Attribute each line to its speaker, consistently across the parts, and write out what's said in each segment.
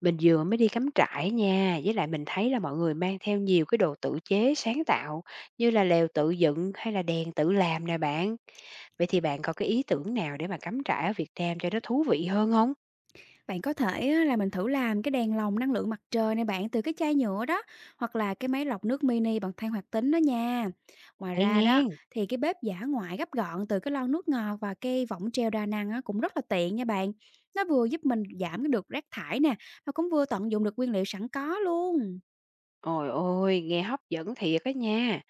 Speaker 1: Mình vừa mới đi cắm trại nha, với lại mình thấy là mọi người mang theo nhiều cái đồ tự chế sáng tạo như là lều tự dựng hay là đèn tự làm nè bạn. Vậy thì bạn có cái ý tưởng nào để mà cắm trại ở Việt Nam cho nó thú vị hơn không?
Speaker 2: Bạn có thể á, là mình thử làm cái đèn lồng năng lượng mặt trời này bạn từ cái chai nhựa đó, hoặc là cái máy lọc nước mini bằng than hoạt tính đó nha. Ngoài
Speaker 1: Hay
Speaker 2: ra đó
Speaker 1: nghe.
Speaker 2: thì cái bếp giả ngoại gấp gọn từ cái lon nước ngọt và cái võng treo đa năng á, cũng rất là tiện nha bạn. Nó vừa giúp mình giảm cái được rác thải nè, mà cũng vừa tận dụng được nguyên liệu sẵn có luôn.
Speaker 1: Ôi ôi, nghe hấp dẫn thiệt á nha.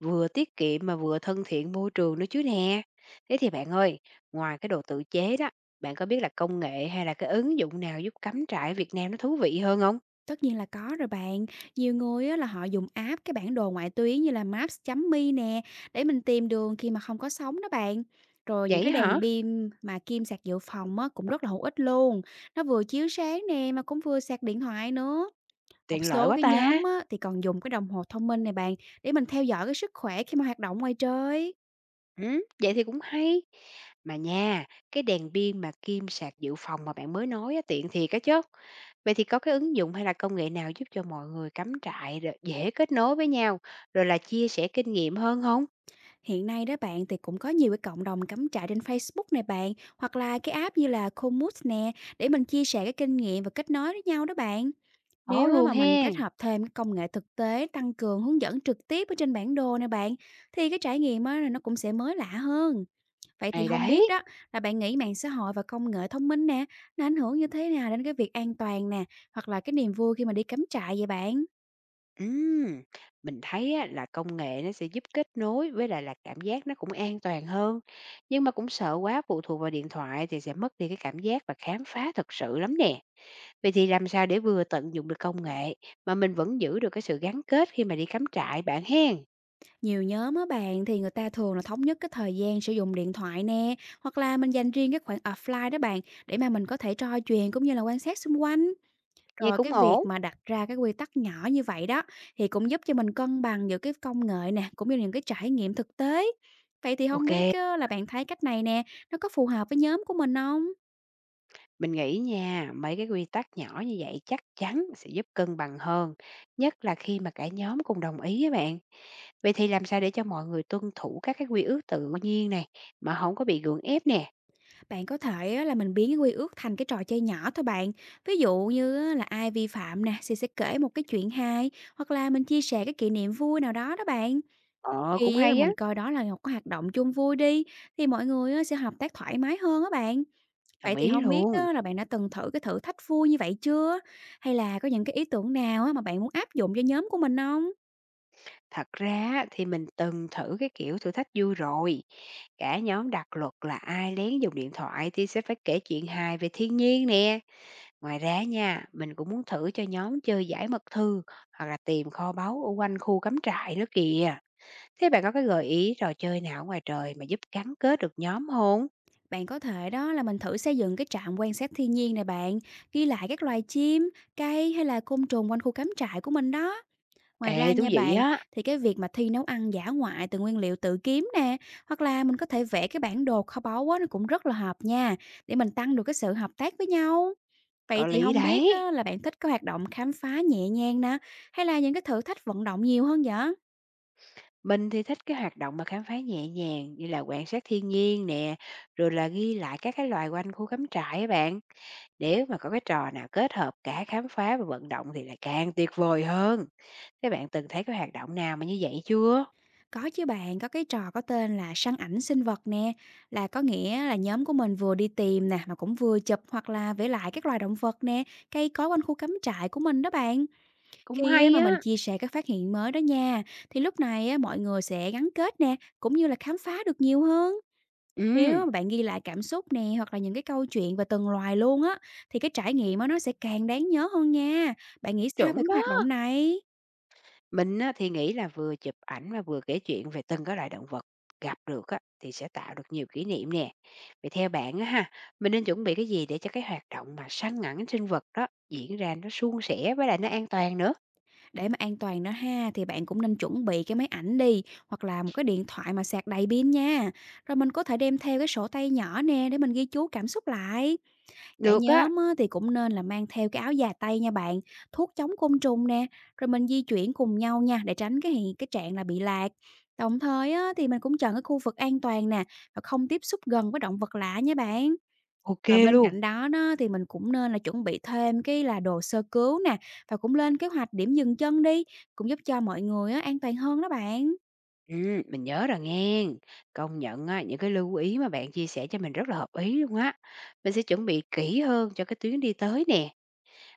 Speaker 1: Vừa tiết kiệm mà vừa thân thiện môi trường nữa chứ nè. Thế thì bạn ơi, ngoài cái đồ tự chế đó, bạn có biết là công nghệ hay là cái ứng dụng nào giúp cắm trại ở Việt Nam nó thú vị hơn không?
Speaker 2: Tất nhiên là có rồi bạn. Nhiều người á là họ dùng app cái bản đồ ngoại tuyến như là maps chấm mi nè, để mình tìm đường khi mà không có sóng đó bạn. Rồi những
Speaker 1: Vậy
Speaker 2: cái đèn
Speaker 1: hả?
Speaker 2: pin mà kim sạc dự phòng á cũng rất là hữu ích luôn. Nó vừa chiếu sáng nè mà cũng vừa sạc điện thoại nữa. Một
Speaker 1: Tiện lợi
Speaker 2: số
Speaker 1: quá
Speaker 2: cái
Speaker 1: ta.
Speaker 2: nhóm á, thì còn dùng cái đồng hồ thông minh này bạn, để mình theo dõi cái sức khỏe khi mà hoạt động ngoài trời.
Speaker 1: Vậy thì cũng hay. Mà nha, cái đèn pin mà kim sạc dự phòng mà bạn mới nói á, tiện thiệt á chớ. Vậy thì có cái ứng dụng hay là công nghệ nào giúp cho mọi người cắm trại rồi dễ kết nối với nhau, rồi là chia sẻ kinh nghiệm hơn không?
Speaker 2: Hiện nay đó bạn thì cũng có nhiều cái cộng đồng cắm trại trên Facebook này bạn, hoặc là cái app như là Komoot nè, để mình chia sẻ cái kinh nghiệm và kết nối với nhau đó bạn.
Speaker 1: Có
Speaker 2: Nếu á
Speaker 1: luôn
Speaker 2: mà mình kết
Speaker 1: hen,
Speaker 2: hợp thêm cái công nghệ thực tế tăng cường hướng dẫn trực tiếp ở trên bản đồ này bạn, thì cái trải nghiệm á là nó cũng sẽ mới lạ hơn. Vậy thì
Speaker 1: này
Speaker 2: không biết
Speaker 1: đấy.
Speaker 2: đó là bạn nghĩ mạng xã hội và công nghệ thông minh nè, nó ảnh hưởng như thế nào đến cái việc an toàn nè, hoặc là cái niềm vui khi mà đi cắm trại vậy bạn?
Speaker 1: Ừm, mình thấy á, là công nghệ nó sẽ giúp kết nối với lại là cảm giác nó cũng an toàn hơn, nhưng mà cũng sợ quá phụ thuộc vào điện thoại thì sẽ mất đi cái cảm giác và khám phá thật sự lắm nè. Vậy thì làm sao để vừa tận dụng được công nghệ mà mình vẫn giữ được cái sự gắn kết khi mà đi cắm trại bạn hen?
Speaker 2: Nhiều nhóm á bạn thì người ta thường là thống nhất cái thời gian sử dụng điện thoại nè, hoặc là mình dành riêng cái khoảng offline đó bạn, để mà mình có thể trò chuyện cũng như là quan sát xung quanh.
Speaker 1: Nghe
Speaker 2: Rồi
Speaker 1: cũng
Speaker 2: cái việc
Speaker 1: ổn.
Speaker 2: mà đặt ra cái quy tắc nhỏ như vậy đó, thì cũng giúp cho mình cân bằng giữa cái công nghệ nè, cũng như những cái trải nghiệm thực tế. Vậy thì không
Speaker 1: Ok,
Speaker 2: biết á, là bạn thấy cách này nè, nó có phù hợp với nhóm của mình không?
Speaker 1: mình nghĩ nha, mấy cái quy tắc nhỏ như vậy chắc chắn sẽ giúp cân bằng hơn, nhất là khi mà cả nhóm cùng đồng ý với bạn. Vậy thì làm sao để cho mọi người tuân thủ các cái quy ước tự nhiên này mà không có bị gượng ép nè?
Speaker 2: Bạn có thể á là mình biến cái quy ước thành cái trò chơi nhỏ thôi bạn. Ví dụ như á là ai vi phạm nè, thì sẽ kể một cái chuyện hài, hoặc là mình chia sẻ cái kỷ niệm vui nào đó đó bạn.
Speaker 1: Ờ, cũng
Speaker 2: Khi á mà
Speaker 1: hay á,
Speaker 2: mình coi đó là một cái hoạt động chung vui đi, thì mọi người á sẽ hợp tác thoải mái hơn á bạn.
Speaker 1: đồng
Speaker 2: Vậy thì
Speaker 1: ý
Speaker 2: không biết
Speaker 1: luôn.
Speaker 2: á là bạn đã từng thử cái thử thách vui như vậy chưa? Hay là có những cái ý tưởng nào á mà bạn muốn áp dụng cho nhóm của mình không?
Speaker 1: Thật ra á, thì mình từng thử cái kiểu thử thách vui rồi. Cả nhóm đặt luật là ai lén dùng điện thoại thì sẽ phải kể chuyện hài về thiên nhiên nè. Ngoài ra nha, mình cũng muốn thử cho nhóm chơi giải mật thư hoặc là tìm kho báu ở quanh khu cắm trại nữa kìa. Thế bạn có cái gợi ý trò chơi nào ở ngoài trời mà giúp gắn kết được nhóm không?
Speaker 2: Bạn có thể đó là mình thử xây dựng cái trạm quan sát thiên nhiên này bạn, ghi lại các loài chim, cây hay là côn trùng quanh khu cắm trại của mình đó. Ngoài ra
Speaker 1: Ê, thú
Speaker 2: nha
Speaker 1: vị
Speaker 2: bạn,
Speaker 1: á,
Speaker 2: thì cái việc mà thi nấu ăn dã ngoại từ nguyên liệu tự kiếm nè, hoặc là mình có thể vẽ cái bản đồ kho báu á, nó cũng rất là hợp nha, để mình tăng được cái sự hợp tác với nhau. Vậy
Speaker 1: có
Speaker 2: thì
Speaker 1: lý
Speaker 2: không biết
Speaker 1: đấy.
Speaker 2: á, là bạn thích cái hoạt động khám phá nhẹ nhàng nè, hay là những cái thử thách vận động nhiều hơn vậy?
Speaker 1: Mình thì thích cái hoạt động mà khám phá nhẹ nhàng như là quan sát thiên nhiên nè, rồi là ghi lại các cái loài quanh khu cắm trại á bạn. Nếu mà có cái trò nào kết hợp cả khám phá và vận động thì lại càng tuyệt vời hơn. Các bạn từng thấy cái hoạt động nào mà như vậy chưa?
Speaker 2: Có chứ bạn, có cái trò có tên là săn ảnh sinh vật nè, là có nghĩa là nhóm của mình vừa đi tìm nè, mà cũng vừa chụp hoặc là vẽ lại các loài động vật nè, cây cối quanh khu cắm trại của mình đó bạn.
Speaker 1: Cũng
Speaker 2: Khi á
Speaker 1: hay
Speaker 2: mà mình
Speaker 1: á.
Speaker 2: chia sẻ các phát hiện mới đó nha, thì lúc này á mọi người sẽ gắn kết nè, cũng như là khám phá được nhiều hơn.
Speaker 1: Ừm,
Speaker 2: Nếu mà bạn ghi lại cảm xúc nè, hoặc là những cái câu chuyện về từng loài luôn á, thì cái trải nghiệm á nó sẽ càng đáng nhớ hơn nha. Bạn nghĩ sao về cái
Speaker 1: chuẩn
Speaker 2: hoạt
Speaker 1: đó.
Speaker 2: động này?
Speaker 1: Mình á, thì nghĩ là vừa chụp ảnh và vừa kể chuyện về từng cái loại động vật gặp được á, thì sẽ tạo được nhiều kỷ niệm nè. Vậy theo bạn á ha, mình nên chuẩn bị cái gì để cho cái hoạt động mà săn ngắn sinh vật đó diễn ra nó suôn sẻ với lại nó an toàn nữa?
Speaker 2: Để mà an toàn đó ha, thì bạn cũng nên chuẩn bị cái máy ảnh đi, hoặc là một cái điện thoại mà sạc đầy pin nha. Rồi mình có thể đem theo cái sổ tay nhỏ nè, để mình ghi chú cảm xúc lại. Cả
Speaker 1: Được á,
Speaker 2: nhóm á, thì cũng nên là mang theo cái áo dài tay nha bạn, thuốc chống côn trùng nè, rồi mình di chuyển cùng nhau nha, để tránh cái trạng là bị lạc. Đồng thời á, thì mình cũng chọn cái khu vực an toàn nè, và không tiếp xúc gần với động vật lạ nha bạn.
Speaker 1: ok
Speaker 2: Rồi bên
Speaker 1: luôn.
Speaker 2: cạnh đó đó thì mình cũng nên là chuẩn bị thêm cái là đồ sơ cứu nè, và cũng lên kế hoạch điểm dừng chân đi, cũng giúp cho mọi người á, an toàn hơn đó bạn.
Speaker 1: Mình nhớ rồi nghe. Công nhận á, những cái lưu ý mà bạn chia sẻ cho mình rất là hợp ý luôn á. Mình sẽ chuẩn bị kỹ hơn cho cái tuyến đi tới nè.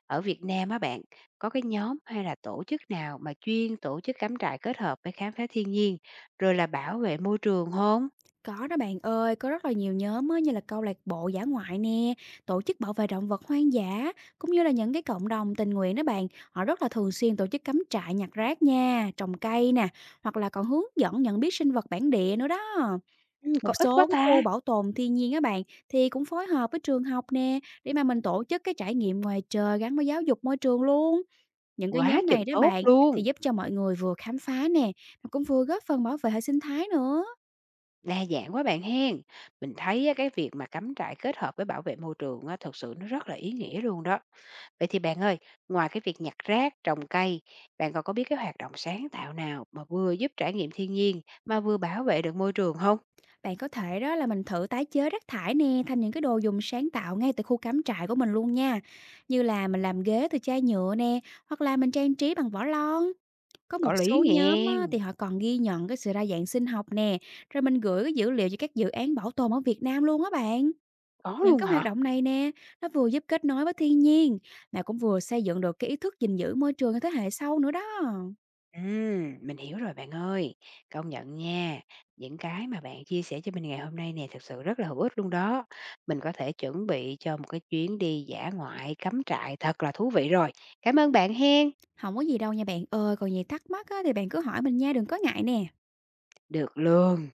Speaker 1: Ở Việt Nam á bạn, có cái nhóm hay là tổ chức nào mà chuyên tổ chức cắm trại kết hợp với khám phá thiên nhiên, rồi là bảo vệ môi trường không?
Speaker 2: Có đó bạn ơi, có rất là nhiều nhóm á, như là câu lạc bộ dã ngoại nè, tổ chức bảo vệ động vật hoang dã, cũng như là những cái cộng đồng tình nguyện đó bạn. Họ rất là thường xuyên tổ chức cắm trại nhặt rác nha, trồng cây nè, hoặc là còn hướng dẫn nhận biết sinh vật bản địa nữa đó.
Speaker 1: Có
Speaker 2: Một
Speaker 1: ít quá
Speaker 2: số cái khu
Speaker 1: ta,
Speaker 2: bảo tồn thiên nhiên á bạn, thì cũng phối hợp với trường học nè, để mà mình tổ chức cái trải nghiệm ngoài trời gắn với giáo dục môi trường luôn. Những cái
Speaker 1: quá
Speaker 2: nhóm này
Speaker 1: chừng
Speaker 2: đó
Speaker 1: tốt
Speaker 2: bạn, thì
Speaker 1: luôn.
Speaker 2: giúp cho mọi người vừa khám phá nè, mà cũng vừa góp phần bảo vệ hệ sinh thái nữa.
Speaker 1: Đa dạng quá bạn hen. Mình thấy á, cái việc mà cắm trại kết hợp với bảo vệ môi trường á, thực sự nó rất là ý nghĩa luôn đó. Vậy thì bạn ơi, ngoài cái việc nhặt rác, trồng cây, bạn còn có biết cái hoạt động sáng tạo nào mà vừa giúp trải nghiệm thiên nhiên mà vừa bảo vệ được môi trường không?
Speaker 2: Bạn có thể đó là mình thử tái chế rác thải nè thành những cái đồ dùng sáng tạo ngay từ khu cắm trại của mình luôn nha. Như là mình làm ghế từ chai nhựa nè, hoặc là mình trang trí bằng vỏ lon. Có một
Speaker 1: Có lý
Speaker 2: số nhóm
Speaker 1: nghe.
Speaker 2: á, thì họ còn ghi nhận cái sự đa dạng sinh học nè, rồi mình gửi cái dữ liệu cho các dự án bảo tồn ở Việt Nam luôn á bạn.
Speaker 1: Có
Speaker 2: Những
Speaker 1: luôn
Speaker 2: cái hoạt
Speaker 1: hả?
Speaker 2: động này nè, nó vừa giúp kết nối với thiên nhiên, mà cũng vừa xây dựng được cái ý thức gìn giữ môi trường cho thế hệ sau nữa đó.
Speaker 1: Mình hiểu rồi bạn ơi. Công nhận nha, những cái mà bạn chia sẻ cho mình ngày hôm nay nè, thực sự rất là hữu ích luôn đó. Mình có thể chuẩn bị cho một cái chuyến đi dã ngoại, cắm trại thật là thú vị rồi. Cảm ơn bạn hen.
Speaker 2: Không có gì đâu nha bạn ơi, còn gì thắc mắc á, thì bạn cứ hỏi mình nha, đừng có ngại nè.
Speaker 1: Được luôn.